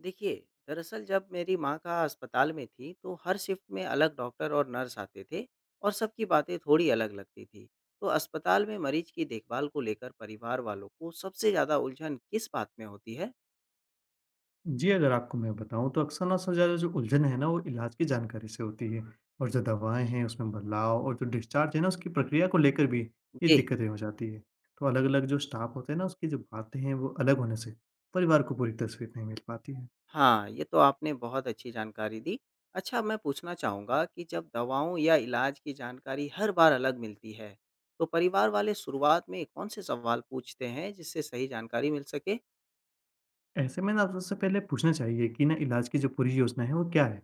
देखिए, दरअसल जब मेरी माँ का अस्पताल में थी, तो हर शिफ्ट में अलग डॉक्टर और नर्स आते थे और सबकी बातें थोड़ी अलग लगती थी। तो अस्पताल में मरीज की देखभाल को लेकर परिवार वालों को सबसे ज़्यादा उलझन किस बात में होती है? जी, अगर आपको मैं बताऊँ तो अक्सर ना सबसे ज़्यादा जो उलझन है ना वो इलाज की जानकारी से होती है और जो दवाएँ हैं उसमें बदलाव और जो डिस्चार्ज है ना उसकी प्रक्रिया को लेकर भी ये जी, दिक्कतें हो जाती है। तो अलग-अलग जो स्टाफ होते हैं ना उसकी जो बातें हैं वो अलग होने से परिवार को पूरी तस्वीर नहीं मिल पाती है। हाँ, ये तो आपने बहुत अच्छी जानकारी दी। अच्छा, मैं पूछना चाहूँगा कि जब दवाओं या इलाज की जानकारी हर बार अलग मिलती है, तो परिवार वाले शुरुआत में कौन से सवाल पूछते हैं जिससे सही जानकारी मिल सके? ऐसे में ना सबसे पहले पूछना चाहिए कि ना इलाज की जो पूरी योजना है वो क्या है?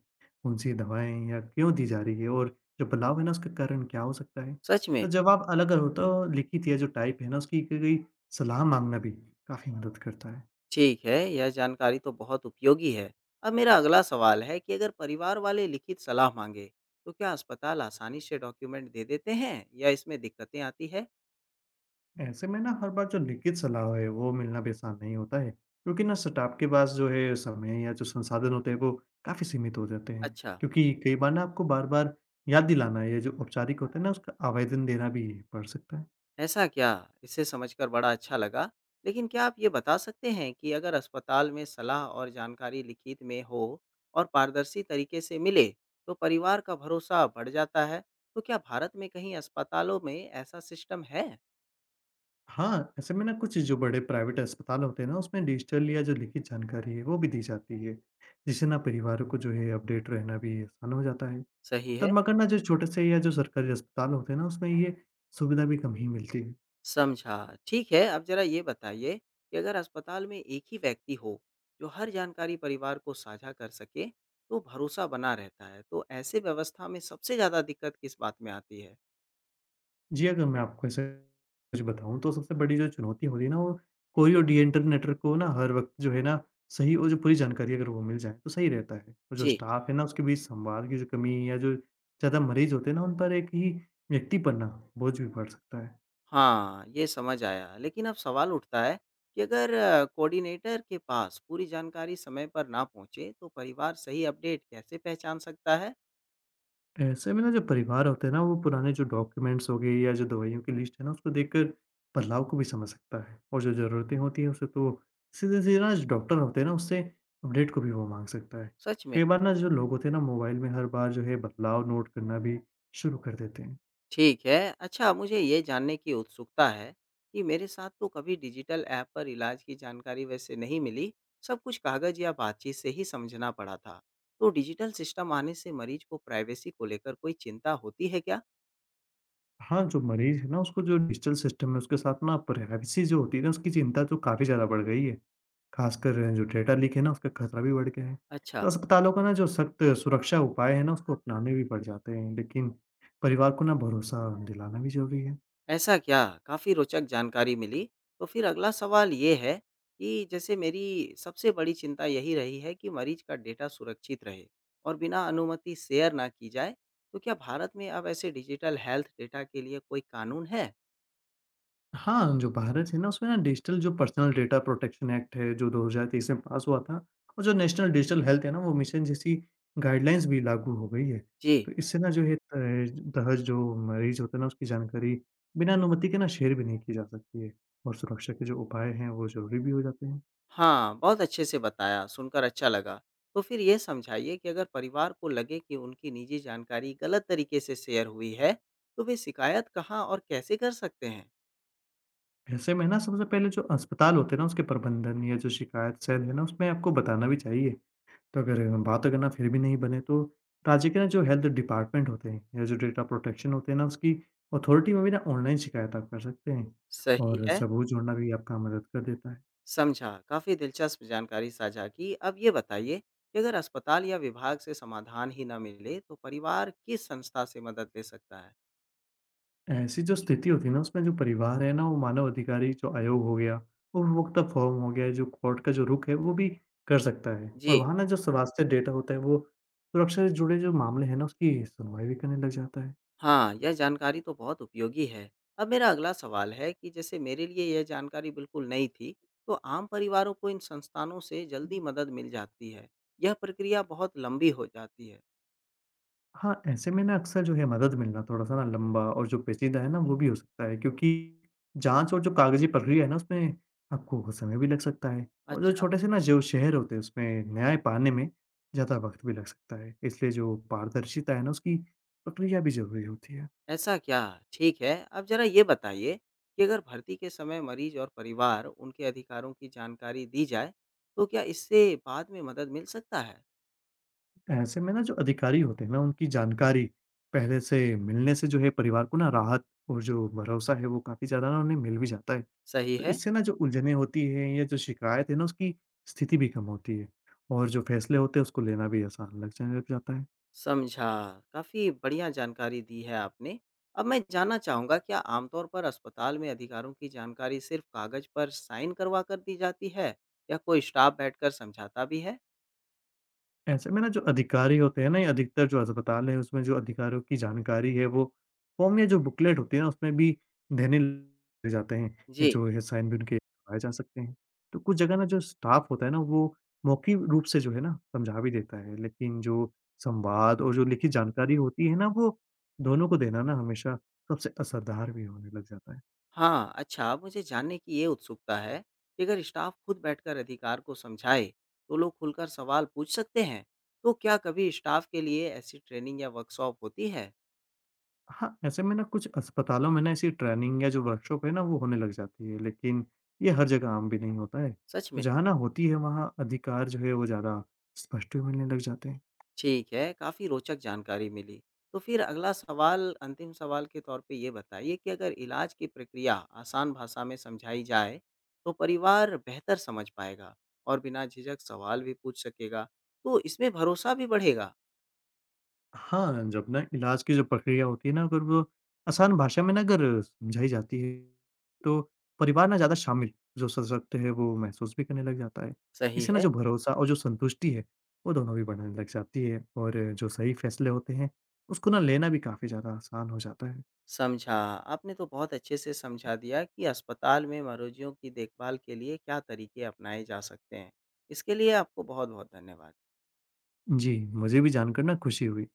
कौन-सी दवाएँ या क्यों दी जा रही है और जो बदलाव है ना उसका कारण क्या हो सकता है? सच में? तो जवाब अलग हो तो लिखित या जो टाइप है ना उसकी की गई सलाह माँगना भी काफ़ी मदद करता है। ठीक है, यह जानकारी तो बहुत उपयोगी है। अब मेरा अगला सवाल है कि अगर परिवार वाले लिखित सलाह मांगे, तो क्या अस्पताल आसानी से डॉक्यूमेंट दे देते हैं या इसमें दिक्कतें आती है? ऐसे में ना हर बार जो लिखित सलाह है वो मिलना भी आसान नहीं होता है क्योंकि ना स्टाफ के पास जो है समय या जो संसाधन होते हैं वो काफ़ी सीमित हो जाते हैं अच्छा, क्योंकि कई बार ना आपको बार बार याद दिलाना या जो औपचारिक होता है ना उसका आवेदन देना भी पड़ सकता है। ऐसा क्या? इसे समझकर बड़ा अच्छा लगा। लेकिन क्या आप ये बता सकते हैं कि अगर अस्पताल में सलाह और जानकारी लिखित में हो और पारदर्शी तरीके से मिले, तो परिवार का भरोसा बढ़ जाता है? तो क्या भारत में कहीं अस्पतालों में ऐसा सिस्टम है? हाँ, ऐसे में ना कुछ जो बड़े प्राइवेट अस्पताल होते हैं ना उसमें डिजिटल या जो लिखित जानकारी है वो भी दी जाती है जिससे ना परिवारों को जो है अपडेट रहना भी आसान हो जाता है। सही तब है। मगर ना जो छोटे से या जो सरकारी अस्पताल होते हैं ना उसमें ये सुविधा भी कम ही मिलती है। समझा। ठीक है, अब ज़रा ये बताइए कि अगर अस्पताल में एक ही व्यक्ति हो, जो हर जानकारी परिवार को साझा कर सके, तो भरोसा बना रहता है। तो ऐसे व्यवस्था में सबसे ज़्यादा दिक्कत किस बात में आती है? जी, अगर मैं आपको ऐसे सच बताऊँ तो सबसे बड़ी जो चुनौती होती है ना, वो कोई और डी-एंटरनेटर को ना हर वक़्त जो है ना, सही और जो पूरी जानकारी अगर वो मिल जाए तो सही रहता है। और जो जी, स्टाफ है ना, उसके बीच संवाद की जो कमी या जो ज़्यादा मरीज़ होते हैं ना, उन पर एक ही व्यक्ति पर ना बोझ भी पड़ सकता है। हाँ, ये समझ आया। लेकिन अब सवाल उठता है कि अगर कोऑर्डिनेटर के पास पूरी जानकारी समय पर ना पहुँचे, तो परिवार सही अपडेट कैसे पहचान सकता है? ऐसे में ना जो परिवार होते हैं ना वो पुराने जो डॉक्यूमेंट्स हो गए या जो दवाइयों की लिस्ट है ना उसको देखकर बदलाव को भी समझ सकता है और जो ज़रूरतें होती हैं उसे तो सीधे सीधे ना जो डॉक्टर होते हैं ना उससे अपडेट को भी वो मांग सकता है। सच में? कई बार ना जो लोग होते हैं ना मोबाइल में हर बार जो है बदलाव नोट करना भी शुरू कर देते हैं। ठीक है। अच्छा, मुझे ये जानने की उत्सुकता है कि मेरे साथ तो कभी डिजिटल ऐप पर इलाज की जानकारी वैसे नहीं मिली। सब कुछ कागज़ या बातचीत से ही समझना पड़ा था। तो डिजिटल सिस्टम आने से मरीज को प्राइवेसी को लेकर कोई चिंता होती है क्या? हाँ, जो मरीज है ना उसको जो डिजिटल सिस्टम है उसके साथ ना प्राइवेसी जो होती है ना उसकी चिंता तो काफ़ी ज़्यादा बढ़ गई है। ख़ासकर जो डेटा लीक है ना, उसका खतरा भी बढ़ गया है। अच्छा। तो अस्पतालों को ना जो सख्त सुरक्षा उपाय हैं ना, उसको अपनाने भी पड़ जाते हैं, लेकिन परिवार को ना भरोसा दिलाना भी ज़रूरी है। ऐसा क्या? काफ़ी रोचक जानकारी मिली। तो फिर अगला सवाल ये है कि जैसे मेरी सबसे बड़ी चिंता यही रही है कि मरीज का डेटा सुरक्षित रहे और बिना अनुमति शेयर ना की जाए। तो क्या भारत में अब ऐसे डिजिटल हेल्थ डेटा के लिए कोई कानून है? हाँ, जो भारत है ना, उसमें ना डिजिटल जो पर्सनल डेटा प्रोटेक्शन एक्ट है, जो 2023 में पास हुआ था और जो नेशनल डिजिटल हेल्थ है ना, वो मिशन जैसी गाइडलाइंस भी लागू हो गई है। जी, तो इससे ना जो ये तहज दहेज़ जो मरीज़ होते हैं ना, उसकी जानकारी बिना अनुमति के ना शेयर भी नहीं की जा सकती है और सुरक्षा के जो उपाय हैं, वो ज़रूरी भी हो जाते हैं। हाँ, बहुत अच्छे से बताया, सुनकर अच्छा लगा। तो फिर ये समझाइए कि अगर परिवार को लगे कि उनकी निजी जानकारी गलत तरीके से शेयर हुई है, तो वे शिकायत कहाँ और कैसे कर सकते हैं? ऐसे में ना सबसे पहले जो अस्पताल होते हैं ना उसके प्रबंधन या जो शिकायत सेल है ना उसमें आपको बताना भी चाहिए। तो अगर बात अगर ना फिर भी नहीं बने तो राज्य के ना जो हेल्थ डिपार्टमेंट होते हैं या जो डेटा प्रोटेक्शन होते हैं ना उसकी अथॉरिटी में भी ना ऑनलाइन शिकायत आप कर सकते हैं। सही और है। सबूत जोड़ना भी आपका मदद कर देता है। समझा, काफी दिलचस्प जानकारी साझा की। अब ये बताइए कि अगर अस्पताल या विभाग से समाधान ही ना मिले, तो परिवार किस संस्था से मदद ले सकता है? ऐसी जो स्थिति होती है ना उसमें जो परिवार है ना वो मानव अधिकारी जो आयोग हो गया, उपभोक्ता फोरम हो गया, जो कोर्ट का जो रुख है वो भी कर सकता है और जी, वहाँ ना जो स्वास्थ्य डेटा होता है वो सुरक्षा से जुड़े जो मामले हैं ना उसकी सुनवाई भी करने लग जाता है। हाँ, यह जानकारी तो बहुत उपयोगी है। अब मेरा अगला सवाल है कि जैसे मेरे लिए यह जानकारी बिल्कुल नई थी, तो आम परिवारों को इन संस्थानों से जल्दी मदद मिल जाती है? यह प्रक्रिया बहुत लंबी हो जाती है? हाँ, ऐसे में ना अक्सर जो है मदद मिलना थोड़ा-सा ना लंबा और जो पेचीदा है ना वो भी हो सकता है क्योंकि जाँच और जो कागज़ी प्रक्रिया है ना उसमें आपको बहुत समय भी लग सकता है। और जो अच्छा, छोटे से ना जो शहर होते हैं उसमें न्याय पाने में ज़्यादा वक़्त भी लग सकता है। इसलिए जो पारदर्शिता है ना उसकी प्रक्रिया भी ज़रूरी होती है। ऐसा क्या? ठीक है। आप ज़रा ये बताइए कि अगर भर्ती के समय मरीज और परिवार उनके अधिकारों की जानकारी दी जाए, तो क्या इससे बाद में मदद मिल सकता है? ऐसे में ना जो अधिकारी होते हैं ना उनकी जानकारी पहले से मिलने से जो है परिवार को ना राहत और जो भरोसा है वो काफ़ी ज़्यादा ना उन्हें मिल भी जाता है। सही तो है, इससे ना जो उलझनें होती हैं या जो शिकायत है ना उसकी स्थिति भी कम होती है और जो फैसले होते हैं उसको लेना भी आसान लग जाने लग जाता है। समझा। काफ़ी बढ़िया जानकारी दी है आपने। अब मैं जानना चाहूँगा, क्या आमतौर पर अस्पताल में अधिकारों की जानकारी सिर्फ़ कागज़ पर साइन करवा कर दी जाती है या कोई स्टाफ़ बैठकर समझाता भी है? ऐसे में ना जो अधिकारी होते हैं ना या अधिकतर जो अस्पताल है उसमें जो अधिकारियों की जानकारी है वो फॉर्म या जो बुकलेट होती है ना उसमें भी देने लग जाते हैं। ये जी। जो है साइन भी उनके करवाए जा सकते हैं। तो कुछ जगह ना जो स्टाफ होता है ना वो मौखिक रूप से जो है ना समझा भी देता है लेकिन जो संवाद और जो लिखित जानकारी होती है ना वो दोनों को देना ना हमेशा सबसे असरदार भी होने लग जाता है। हाँ, अच्छा, अब मुझे जानने की ये उत्सुकता है कि अगर स्टाफ खुद बैठकर अधिकार को समझाए, तो लोग खुलकर सवाल पूछ सकते हैं। तो क्या कभी स्टाफ के लिए ऐसी ट्रेनिंग या वर्कशॉप होती है? हाँ, ऐसे में ना कुछ अस्पतालों में ना ऐसी ट्रेनिंग या जो वर्कशॉप है ना वो होने लग जाती है, लेकिन ये हर जगह आम भी नहीं होता है। सच तो में? जहाँ ना होती है वहाँ अधिकार जो है वो ज़्यादा स्पष्ट भी मिलने लग जाते हैं। ठीक है, काफ़ी रोचक जानकारी मिली। तो फिर अगला सवाल, अंतिम सवाल के तौर पे ये बताइए कि अगर इलाज की प्रक्रिया आसान भाषा में समझाई जाए, तो परिवार बेहतर समझ पाएगा और बिना झिझक सवाल भी पूछ सकेगा। तो इसमें भरोसा भी बढ़ेगा। हाँ, जब ना इलाज की जो प्रक्रिया होती है ना अगर वो आसान भाषा में ना अगर समझाई जाती है, तो परिवार ना ज़्यादा शामिल जो सशक्त है वो महसूस भी करने लग जाता है। सही इससे ना है। जो भरोसा और जो संतुष्टि है, वो दोनों भी बढ़ने लग जाती है और जो सही फैसले होते हैं, उसको ना लेना भी काफ़ी ज़्यादा आसान हो जाता है। समझा। आपने तो बहुत अच्छे से समझा दिया कि अस्पताल में मरीजों की देखभाल के लिए क्या तरीके अपनाए जा सकते हैं। इसके लिए आपको बहुत-बहुत धन्यवाद। जी, मुझे भी जानकर ना खुशी हुई।